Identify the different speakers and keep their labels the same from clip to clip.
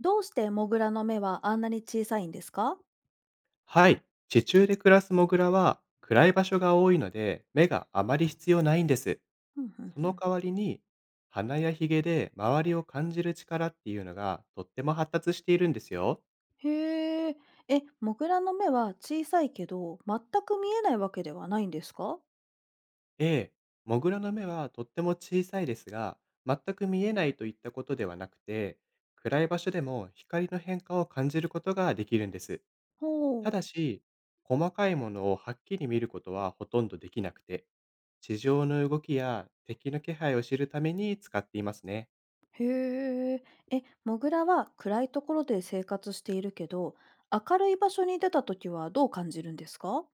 Speaker 1: どうしてモグラの目はあんなに小さいんですか？
Speaker 2: はい。地中で暮らすモグラは暗い場所が多いので目があまり必要ないんです。
Speaker 1: ふんふん
Speaker 2: そ
Speaker 1: ふ
Speaker 2: の
Speaker 1: ん。
Speaker 2: 代わりに鼻やヒゲで周りを感じる力っていうのがとっても発達しているんですよ。
Speaker 1: へえ。え、モグラの目は小さいけど、全く見えないわけではないんですか？
Speaker 2: ええ、モグラの目はとっても小さいですが、全く見えないといったことではなくて、暗い場所でも光の変化を感じることができるんです。た
Speaker 1: ほう。
Speaker 2: だし、細かいものをはっきり見ることはほとんどできなくて、地上の動きや敵の気配を知るために使っていますね。
Speaker 1: へえ。え、モグラは暗いところで生活しているけど、明るい場所に出たときはどう感じるんですか？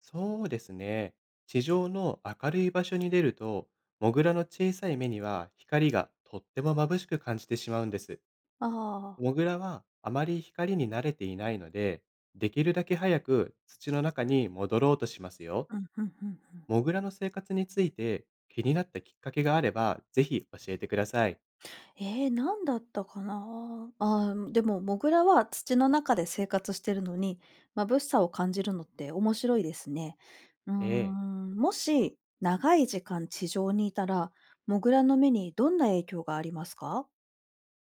Speaker 2: そうですね。地上の明るい場所に出ると、モグラの小さい目には光がとっても眩しく感じてしまうんです。
Speaker 1: ああー。
Speaker 2: モグラはあまり光に慣れていないので、できるだけ早く土の中に戻ろうとしますよ。
Speaker 1: うん、うん、うん、うん。
Speaker 2: モグラの生活について気になったきっかけがあれば、ぜひ教えてください。
Speaker 1: ええ、なんだったかな。ああ、でも、モグラは土の中で生活してるのに、まぶしさを感じるのって面白いですね。うー
Speaker 2: ええ、
Speaker 1: ん、もし長い時間地上にいたら、モグラの目にどんな影響がありますか？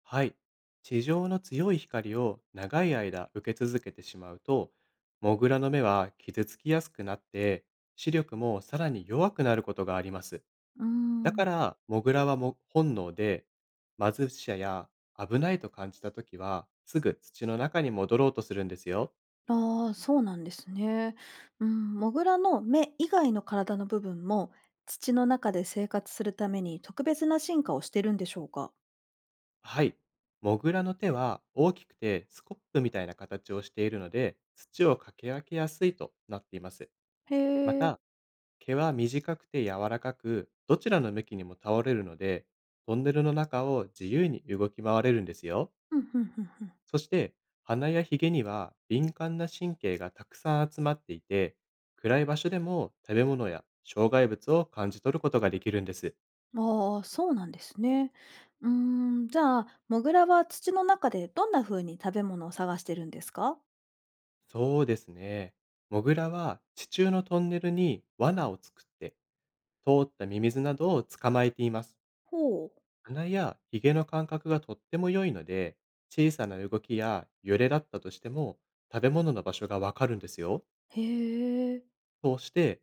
Speaker 2: はい。地上の強い光を長い間受け続けてしまうと、モグラの目は傷つきやすくなって、視力もさらに弱くなることがあります。
Speaker 1: うー
Speaker 2: だか
Speaker 1: ん。
Speaker 2: ら、モグラは本能で、貧しさや危ないと感じたときは、すぐ土の中に戻ろうとするんですよ。
Speaker 1: ああ、そうなんですね。うん、モグラの目以外の体の部分も、土の中で生活するために特別な進化をしてるんでしょうか？
Speaker 2: はい。モグラの手は大きくてスコップみたいな形をしているので、土をかき分けやすいとなっています。
Speaker 1: へ
Speaker 2: ま
Speaker 1: え。
Speaker 2: た、毛は短くて柔らかく、どちらの向きにも倒れるので、トンネルの中を自由に動き回れるんですよ。
Speaker 1: うんうんうんうん。
Speaker 2: そして、鼻やヒゲには敏感な神経がたくさん集まっていて、暗い場所でも食べ物や障害物を感じ取ることができるんです。
Speaker 1: ああ、そうなんですね。うーん、じゃあ、モグラは土の中でどんな風に食べ物を探してるんですか？
Speaker 2: そうですね。モグラは地中のトンネルに罠を作って、通ったミミズなどを捕まえています。
Speaker 1: ほう。
Speaker 2: 鼻やひげの感覚がとっても良いので、小さな動きや揺れだったとしても、食べ物の場所がわかるんですよ。
Speaker 1: へえ。
Speaker 2: そうして、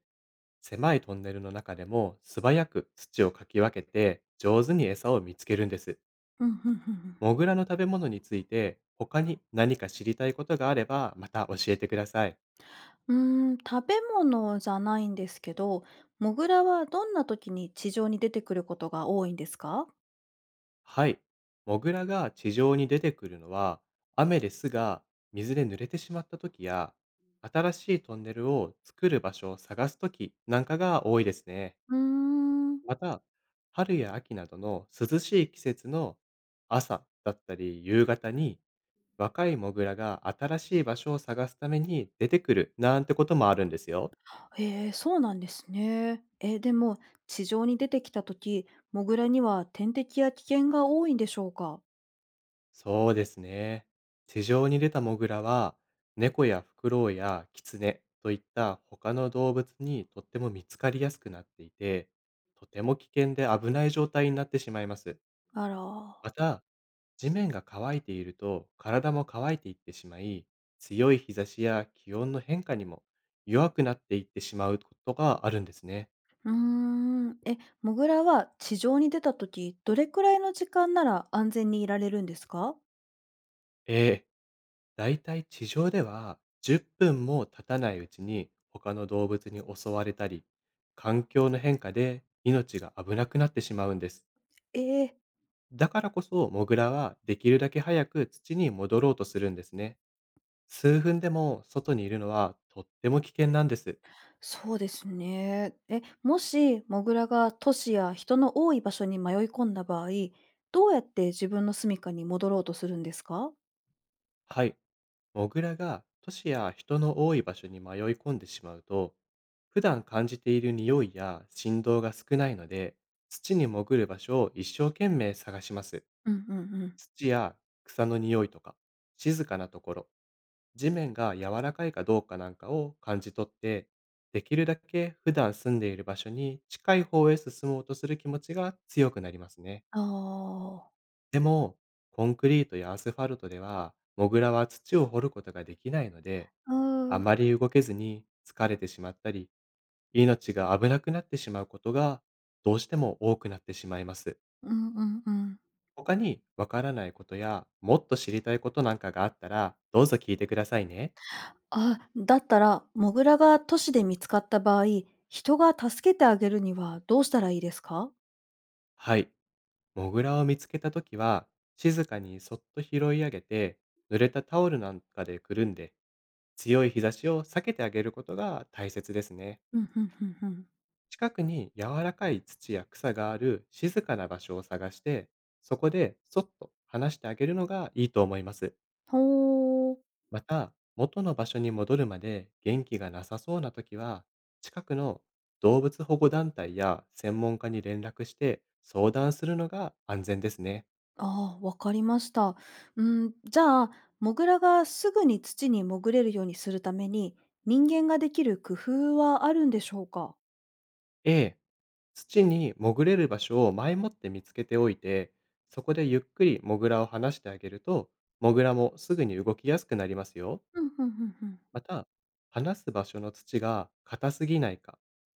Speaker 2: 狭いトンネルの中でも素早く土をかき分けて、上手に餌を見つけるんです。
Speaker 1: うん、ふんふんふん。
Speaker 2: モグラの食べ物について、他に何か知りたいことがあれば、また教えてください。
Speaker 1: うーん、食べ物じゃないんですけど、モグラはどんな時に地上に出てくることが多いんですか？
Speaker 2: はい。モグラが地上に出てくるのは、雨で巣が水で濡れてしまった時や、新しいトンネルを作る場所を探す時なんかが多いですね。
Speaker 1: うーん。
Speaker 2: また、春や秋などの涼しい季節の朝だったり夕方に、若いモグラが新しい場所を探すために出てくるなんてこともあるんですよ。
Speaker 1: へえ、そうなんですね。え、でも、地上に出てきた時、モグラには天敵や危険が多いんでしょうか？
Speaker 2: そうですね。地上に出たモグラは、猫やフクロウやキツネといった他の動物にとっても見つかりやすくなっていて、とても危険で危ない状態になってしまいます。
Speaker 1: あら。
Speaker 2: また、地面が乾いていると体も乾いていってしまい、強い日差しや気温の変化にも弱くなっていってしまうことがあるんですね。
Speaker 1: うーん。え、モグラは地上に出た時、どれくらいの時間なら安全にいられるんですか？
Speaker 2: ええ、だいたい地上では10分も経たないうちに他の動物に襲われたり、環境の変化で命が危なくなってしまうんです。
Speaker 1: ええ、
Speaker 2: だからこそモグラはできるだけ早く土に戻ろうとするんですね。数分でも外にいるのはとっても危険なんです。
Speaker 1: そうですね。え、もしモグラが都市や人の多い場所に迷い込んだ場合、どうやって自分の住処に戻ろうとするんですか？
Speaker 2: はい。モグラが都市や人の多い場所に迷い込んでしまうと、普段感じている匂いや振動が少ないので、土に潜る場所を一生懸命探します。
Speaker 1: うんうんうん。
Speaker 2: 土や草の匂いとか、静かなところ、地面が柔らかいかどうかなんかを感じ取って、できるだけ普段住んでいる場所に近い方へ進もうとする気持ちが強くなりますね。
Speaker 1: ああ。
Speaker 2: でも、コンクリートやアスファルトでは、モグラは土を掘ることができないので、
Speaker 1: うー
Speaker 2: あ
Speaker 1: ん。
Speaker 2: まり動けずに疲れてしまったり、命が危なくなってしまうことがどうしても多くなってしまいます。
Speaker 1: うんうんうん。
Speaker 2: 他にわからないことやもっと知りたいことなんかがあったらどうぞ聞いてくださいね。
Speaker 1: あ、だったら、モグラが都市で見つかった場合、人が助けてあげるにはどうしたらいいですか？
Speaker 2: はい。モグラを見つけた時は静かにそっと拾い上げて、濡れたタオルなんかでくるんで、強い日差しを避けてあげることが大切ですね。
Speaker 1: うん、うんうんうん。
Speaker 2: 近くに柔らかい土や草がある静かな場所を探して、そこでそっと話してあげるのがいいと思います。
Speaker 1: ほー。
Speaker 2: また、元の場所に戻るまで元気がなさそうな時は、近くの動物保護団体や専門家に連絡して相談するのが安全ですね。
Speaker 1: ああ、わかりました。うん、じゃあ、モグラがすぐに土に潜れるようにするために、人間ができる工夫はあるんでしょうか？
Speaker 2: A、土に潜れる場所を前もって見つけておいて、そこでゆっくりモグラを離してあげると、モグラもすぐに動きやすくなりますよ。
Speaker 1: うん、うん、うん、うん。
Speaker 2: また、話す場所の土が硬すぎないか、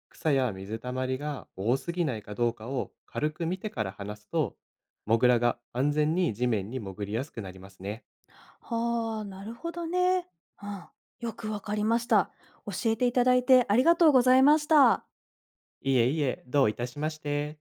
Speaker 2: 草や水たまりが多すぎないかどうかを軽く見てから話すと、モグラが安全に地面に潜りやすくなりますね。
Speaker 1: はあ、なるほどね。うん、よくわかりました。教えていただいてありがとうございました。
Speaker 2: いえいえ、どういたしまして。